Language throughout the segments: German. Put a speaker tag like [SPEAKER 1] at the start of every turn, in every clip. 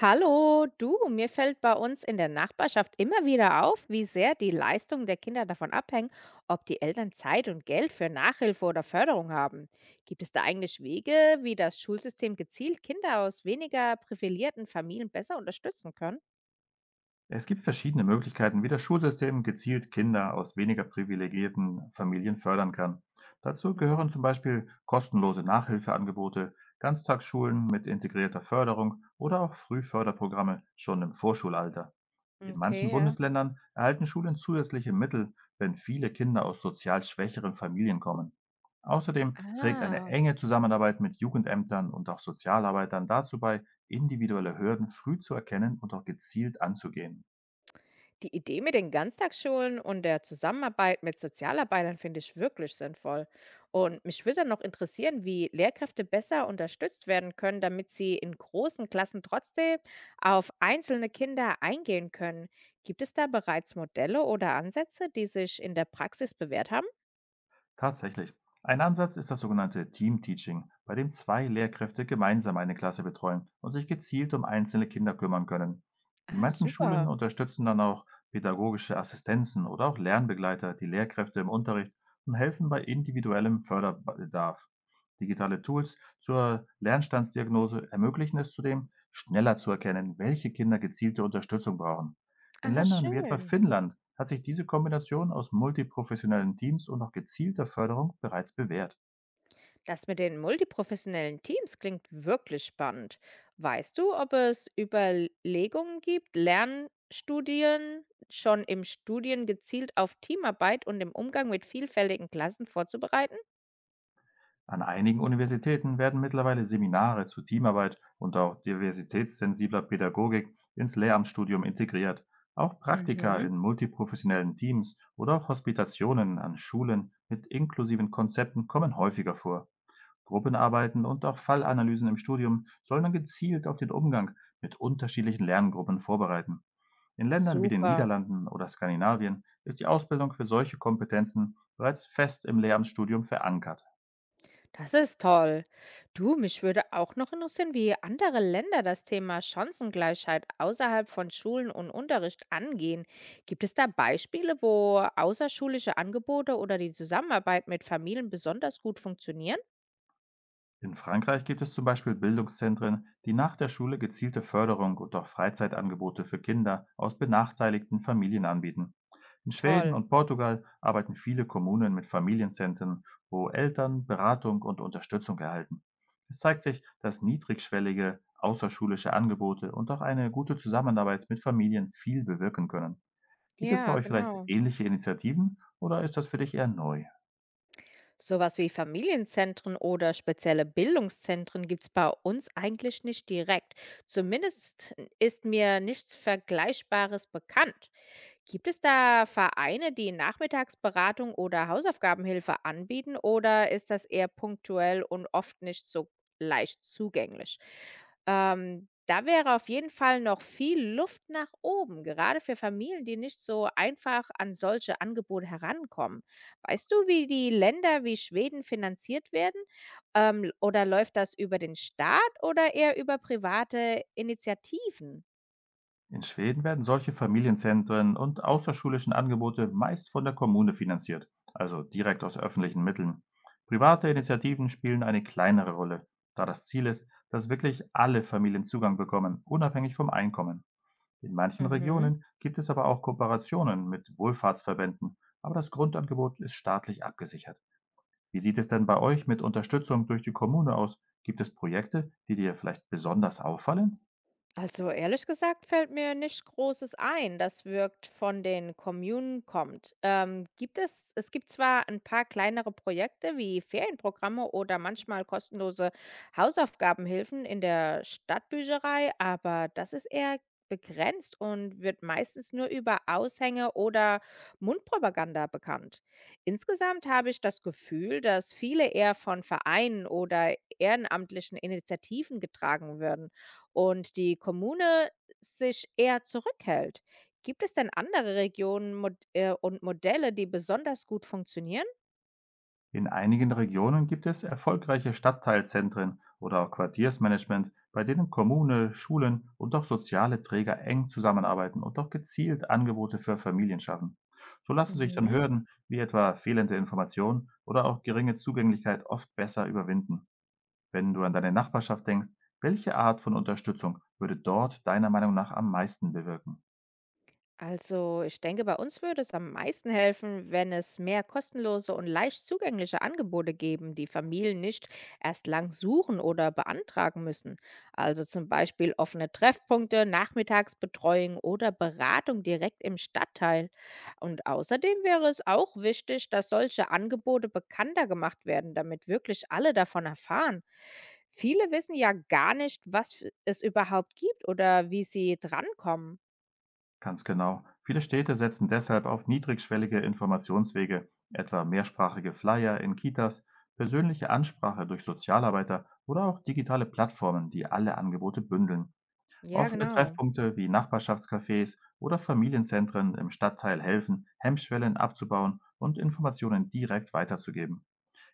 [SPEAKER 1] Hallo, du, mir fällt bei uns in der Nachbarschaft immer wieder auf, wie sehr die Leistungen der Kinder davon abhängen, ob die Eltern Zeit und Geld für Nachhilfe oder Förderung haben. Gibt es da eigentlich Wege, wie das Schulsystem gezielt Kinder aus weniger privilegierten Familien besser unterstützen können?
[SPEAKER 2] Es gibt verschiedene Möglichkeiten, wie das Schulsystem gezielt Kinder aus weniger privilegierten Familien fördern kann. Dazu gehören
[SPEAKER 1] Mhm.
[SPEAKER 2] zum Beispiel kostenlose Nachhilfeangebote, Ganztagsschulen mit integrierter Förderung oder auch Frühförderprogramme schon im Vorschulalter. In manchen
[SPEAKER 1] Okay, ja.
[SPEAKER 2] Bundesländern erhalten Schulen zusätzliche Mittel, wenn viele Kinder aus sozial schwächeren Familien kommen. Außerdem trägt eine
[SPEAKER 1] Ah.
[SPEAKER 2] enge Zusammenarbeit mit Jugendämtern und auch Sozialarbeitern dazu bei, individuelle Hürden früh zu erkennen und auch gezielt anzugehen.
[SPEAKER 1] Die Idee mit den Ganztagsschulen und der Zusammenarbeit mit Sozialarbeitern finde ich wirklich sinnvoll. Und mich würde dann noch interessieren, wie Lehrkräfte besser unterstützt werden können, damit sie in großen Klassen trotzdem auf einzelne Kinder eingehen können. Gibt es da bereits Modelle oder Ansätze, die sich in der Praxis bewährt haben?
[SPEAKER 2] Tatsächlich. Ein Ansatz ist das sogenannte Team-Teaching, bei dem zwei Lehrkräfte gemeinsam eine Klasse betreuen und sich gezielt um einzelne Kinder kümmern können. In
[SPEAKER 1] Ah,
[SPEAKER 2] manchen Schulen
[SPEAKER 1] super.
[SPEAKER 2] unterstützen dann auch pädagogische Assistenzen oder auch Lernbegleiter die Lehrkräfte im Unterricht und helfen bei individuellem Förderbedarf. Digitale Tools zur Lernstandsdiagnose ermöglichen es zudem, schneller zu erkennen, welche Kinder gezielte Unterstützung brauchen. In
[SPEAKER 1] Ah,
[SPEAKER 2] Ländern wie etwa
[SPEAKER 1] schön.
[SPEAKER 2] Finnland hat sich diese Kombination aus multiprofessionellen Teams und auch gezielter Förderung bereits bewährt.
[SPEAKER 1] Das mit den multiprofessionellen Teams klingt wirklich spannend. Weißt du, ob es Überlegungen gibt, Lernstudien schon im Studien gezielt auf Teamarbeit und im Umgang mit vielfältigen Klassen vorzubereiten?
[SPEAKER 2] An einigen Universitäten werden mittlerweile Seminare zu Teamarbeit und auch diversitätssensibler Pädagogik ins Lehramtsstudium integriert. Auch Praktika
[SPEAKER 1] Mhm,
[SPEAKER 2] in multiprofessionellen Teams oder auch Hospitationen an Schulen mit inklusiven Konzepten kommen häufiger vor. Gruppenarbeiten und auch Fallanalysen im Studium sollen dann gezielt auf den Umgang mit unterschiedlichen Lerngruppen vorbereiten. In Ländern wie den
[SPEAKER 1] super.
[SPEAKER 2] Niederlanden oder Skandinavien ist die Ausbildung für solche Kompetenzen bereits fest im Lehramtsstudium verankert.
[SPEAKER 1] Das ist toll. Du, mich würde auch noch interessieren, wie andere Länder das Thema Chancengleichheit außerhalb von Schulen und Unterricht angehen. Gibt es da Beispiele, wo außerschulische Angebote oder die Zusammenarbeit mit Familien besonders gut funktionieren?
[SPEAKER 2] In Frankreich gibt es zum Beispiel Bildungszentren, die nach der Schule gezielte Förderung und auch Freizeitangebote für Kinder aus benachteiligten Familien anbieten. In Schweden
[SPEAKER 1] Toll.
[SPEAKER 2] und Portugal arbeiten viele Kommunen mit Familienzentren, wo Eltern Beratung und Unterstützung erhalten. Es zeigt sich, dass niedrigschwellige außerschulische Angebote und auch eine gute Zusammenarbeit mit Familien viel bewirken können. Gibt es bei
[SPEAKER 1] Ja,
[SPEAKER 2] euch vielleicht
[SPEAKER 1] genau.
[SPEAKER 2] ähnliche Initiativen oder ist das für dich eher neu?
[SPEAKER 1] Sowas wie Familienzentren oder spezielle Bildungszentren gibt es bei uns eigentlich nicht direkt. Zumindest ist mir nichts Vergleichbares bekannt. Gibt es da Vereine, die Nachmittagsberatung oder Hausaufgabenhilfe anbieten oder ist das eher punktuell und oft nicht so leicht zugänglich? Da wäre auf jeden Fall noch viel Luft nach oben, gerade für Familien, die nicht so einfach an solche Angebote herankommen. Weißt du, wie die Länder wie Schweden finanziert werden? Oder läuft das über den Staat oder eher über private Initiativen?
[SPEAKER 2] In Schweden werden solche Familienzentren und außerschulischen Angebote meist von der Kommune finanziert, also direkt aus öffentlichen Mitteln. Private Initiativen spielen eine kleinere Rolle, da das Ziel ist, dass wirklich alle Familien Zugang bekommen, unabhängig vom Einkommen. In manchen
[SPEAKER 1] Mhm.
[SPEAKER 2] Regionen gibt es aber auch Kooperationen mit Wohlfahrtsverbänden, aber das Grundangebot ist staatlich abgesichert. Wie sieht es denn bei euch mit Unterstützung durch die Kommune aus? Gibt es Projekte, die dir vielleicht besonders auffallen?
[SPEAKER 1] Also ehrlich gesagt fällt mir nicht Großes ein, das wirkt von den Kommunen kommt. Gibt es gibt zwar ein paar kleinere Projekte wie Ferienprogramme oder manchmal kostenlose Hausaufgabenhilfen in der Stadtbücherei, aber das ist eher begrenzt und wird meistens nur über Aushänge oder Mundpropaganda bekannt. Insgesamt habe ich das Gefühl, dass viele eher von Vereinen oder ehrenamtlichen Initiativen getragen werden und die Kommune sich eher zurückhält. Gibt es denn andere Regionen Mod und Modelle, die besonders gut funktionieren?
[SPEAKER 2] In einigen Regionen gibt es erfolgreiche Stadtteilzentren oder Quartiersmanagement, bei denen Kommune, Schulen und auch soziale Träger eng zusammenarbeiten und auch gezielt Angebote für Familien schaffen. So lassen sich dann
[SPEAKER 1] Mhm.
[SPEAKER 2] Hürden wie etwa fehlende Informationen oder auch geringe Zugänglichkeit oft besser überwinden. Wenn du an deine Nachbarschaft denkst, welche Art von Unterstützung würde dort deiner Meinung nach am meisten bewirken?
[SPEAKER 1] Also, ich denke, bei uns würde es am meisten helfen, wenn es mehr kostenlose und leicht zugängliche Angebote geben, die Familien nicht erst lang suchen oder beantragen müssen. Also zum Beispiel offene Treffpunkte, Nachmittagsbetreuung oder Beratung direkt im Stadtteil. Und außerdem wäre es auch wichtig, dass solche Angebote bekannter gemacht werden, damit wirklich alle davon erfahren. Viele wissen ja gar nicht, es überhaupt gibt oder wie sie drankommen.
[SPEAKER 2] Ganz genau. Viele Städte setzen deshalb auf niedrigschwellige Informationswege, etwa mehrsprachige Flyer in Kitas, persönliche Ansprache durch Sozialarbeiter oder auch digitale Plattformen, die alle Angebote bündeln.
[SPEAKER 1] Ja,
[SPEAKER 2] Offene
[SPEAKER 1] genau.
[SPEAKER 2] Treffpunkte wie Nachbarschaftscafés oder Familienzentren im Stadtteil helfen, Hemmschwellen abzubauen und Informationen direkt weiterzugeben.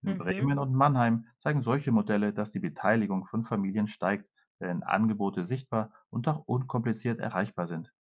[SPEAKER 2] In
[SPEAKER 1] Mhm.
[SPEAKER 2] Bremen und Mannheim zeigen solche Modelle, dass die Beteiligung von Familien steigt, wenn Angebote sichtbar und auch unkompliziert erreichbar sind.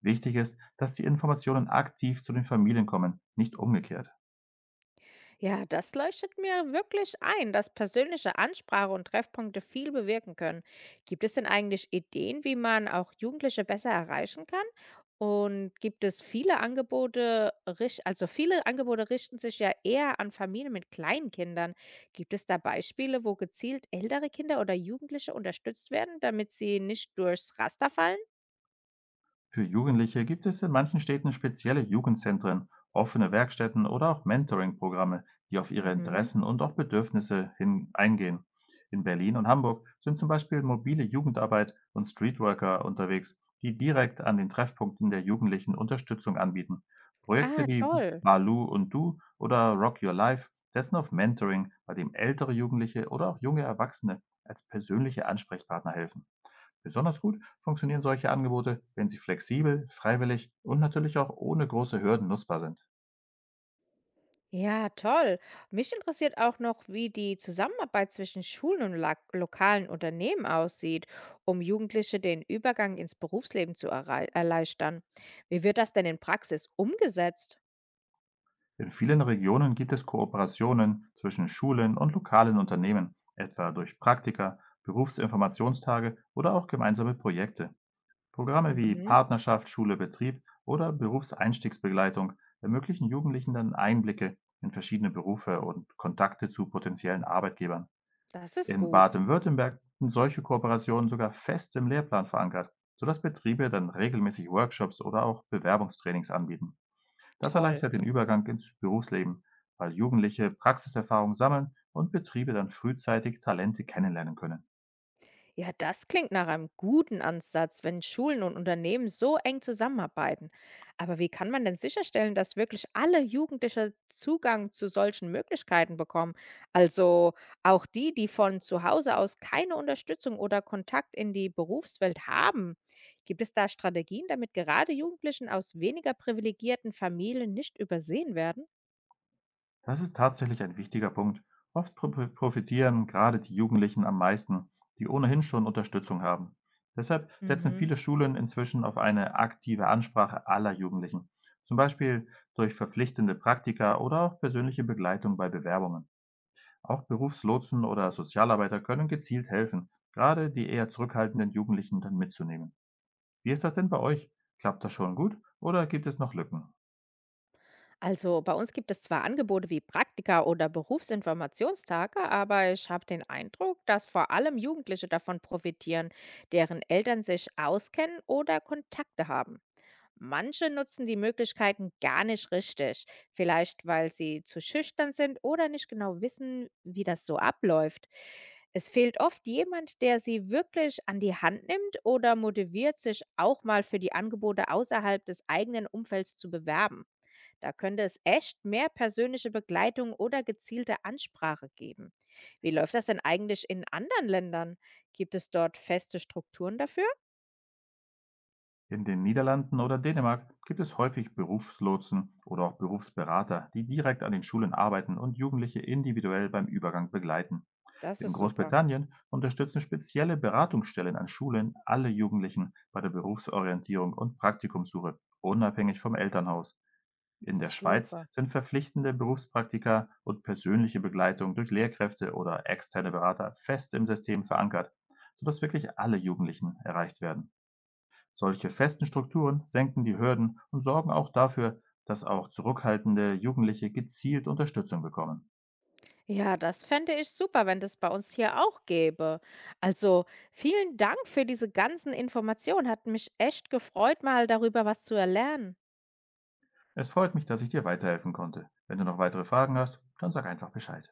[SPEAKER 2] Wichtig ist, dass die Informationen aktiv zu den Familien kommen, nicht umgekehrt.
[SPEAKER 1] Ja, das leuchtet mir wirklich ein, dass persönliche Ansprache und Treffpunkte viel bewirken können. Gibt es denn eigentlich Ideen, wie man auch Jugendliche besser erreichen kann? Und gibt es viele Angebote, also viele Angebote richten sich ja eher an Familien mit kleinen Kindern. Gibt es da Beispiele, wo gezielt ältere Kinder oder Jugendliche unterstützt werden, damit sie nicht durchs Raster fallen?
[SPEAKER 2] Für Jugendliche gibt es in manchen Städten spezielle Jugendzentren, offene Werkstätten oder auch Mentoring-Programme, die auf ihre
[SPEAKER 1] Mhm.
[SPEAKER 2] Interessen und auch Bedürfnisse hin eingehen. In Berlin und Hamburg sind zum Beispiel mobile Jugendarbeit und Streetworker unterwegs, die direkt an den Treffpunkten der Jugendlichen Unterstützung anbieten. Projekte
[SPEAKER 1] Ah,
[SPEAKER 2] wie
[SPEAKER 1] toll.
[SPEAKER 2] Balu und Du oder Rock Your Life setzen auf Mentoring, bei dem ältere Jugendliche oder auch junge Erwachsene als persönliche Ansprechpartner helfen. Besonders gut funktionieren solche Angebote, wenn sie flexibel, freiwillig und natürlich auch ohne große Hürden nutzbar sind.
[SPEAKER 1] Ja, toll. Mich interessiert auch noch, wie die Zusammenarbeit zwischen Schulen und lokalen Unternehmen aussieht, um Jugendliche den Übergang ins Berufsleben erleichtern. Wie wird das denn in Praxis umgesetzt?
[SPEAKER 2] In vielen Regionen gibt es Kooperationen zwischen Schulen und lokalen Unternehmen, etwa durch Praktika, Berufsinformationstage oder auch gemeinsame Projekte. Programme wie
[SPEAKER 1] Mhm,
[SPEAKER 2] Partnerschaft Schule-Betrieb oder Berufseinstiegsbegleitung ermöglichen Jugendlichen dann Einblicke in verschiedene Berufe und Kontakte zu potenziellen Arbeitgebern.
[SPEAKER 1] das ist
[SPEAKER 2] In
[SPEAKER 1] gut.
[SPEAKER 2] Baden-Württemberg sind solche Kooperationen sogar fest im Lehrplan verankert, sodass Betriebe dann regelmäßig Workshops oder auch Bewerbungstrainings anbieten. Das
[SPEAKER 1] Toll.
[SPEAKER 2] erleichtert den Übergang ins Berufsleben, weil Jugendliche Praxiserfahrung sammeln und Betriebe dann frühzeitig Talente kennenlernen können.
[SPEAKER 1] Ja, das klingt nach einem guten Ansatz, wenn Schulen und Unternehmen so eng zusammenarbeiten. Aber wie kann man denn sicherstellen, dass wirklich alle Jugendliche Zugang zu solchen Möglichkeiten bekommen? Also auch die, die von zu Hause aus keine Unterstützung oder Kontakt in die Berufswelt haben. Gibt es da Strategien, damit gerade Jugendlichen aus weniger privilegierten Familien nicht übersehen werden?
[SPEAKER 2] Das ist tatsächlich ein wichtiger Punkt. Oft profitieren gerade die Jugendlichen am meisten, die ohnehin schon Unterstützung haben. Deshalb setzen
[SPEAKER 1] Mhm.
[SPEAKER 2] viele Schulen inzwischen auf eine aktive Ansprache aller Jugendlichen, zum Beispiel durch verpflichtende Praktika oder auch persönliche Begleitung bei Bewerbungen. Auch Berufslotsen oder Sozialarbeiter können gezielt helfen, gerade die eher zurückhaltenden Jugendlichen dann mitzunehmen. Wie ist das denn bei euch? Klappt das schon gut oder gibt es noch Lücken?
[SPEAKER 1] Also bei uns gibt es zwar Angebote wie Praktika oder Berufsinformationstage, aber ich habe den Eindruck, dass vor allem Jugendliche davon profitieren, deren Eltern sich auskennen oder Kontakte haben. Manche nutzen die Möglichkeiten gar nicht richtig, vielleicht weil sie zu schüchtern sind oder nicht genau wissen, wie das so abläuft. Es fehlt oft jemand, der sie wirklich an die Hand nimmt oder motiviert, sich auch mal für die Angebote außerhalb des eigenen Umfelds zu bewerben. Da könnte es echt mehr persönliche Begleitung oder gezielte Ansprache geben. Wie läuft das denn eigentlich in anderen Ländern? Gibt es dort feste Strukturen dafür?
[SPEAKER 2] In den Niederlanden oder Dänemark gibt es häufig Berufslotsen oder auch Berufsberater, die direkt an den Schulen arbeiten und Jugendliche individuell beim Übergang begleiten.
[SPEAKER 1] Das
[SPEAKER 2] In
[SPEAKER 1] ist super.
[SPEAKER 2] Großbritannien unterstützen spezielle Beratungsstellen an Schulen alle Jugendlichen bei der Berufsorientierung und Praktikumssuche, unabhängig vom Elternhaus. In der Schweiz
[SPEAKER 1] Super.
[SPEAKER 2] sind verpflichtende Berufspraktika und persönliche Begleitung durch Lehrkräfte oder externe Berater fest im System verankert, sodass wirklich alle Jugendlichen erreicht werden. Solche festen Strukturen senken die Hürden und sorgen auch dafür, dass auch zurückhaltende Jugendliche gezielt Unterstützung bekommen.
[SPEAKER 1] Ja, das fände ich super, wenn das bei uns hier auch gäbe. Also vielen Dank für diese ganzen Informationen. Hat mich echt gefreut, mal darüber was zu erlernen.
[SPEAKER 2] Es freut mich, dass ich dir weiterhelfen konnte. Wenn du noch weitere Fragen hast, dann sag einfach Bescheid.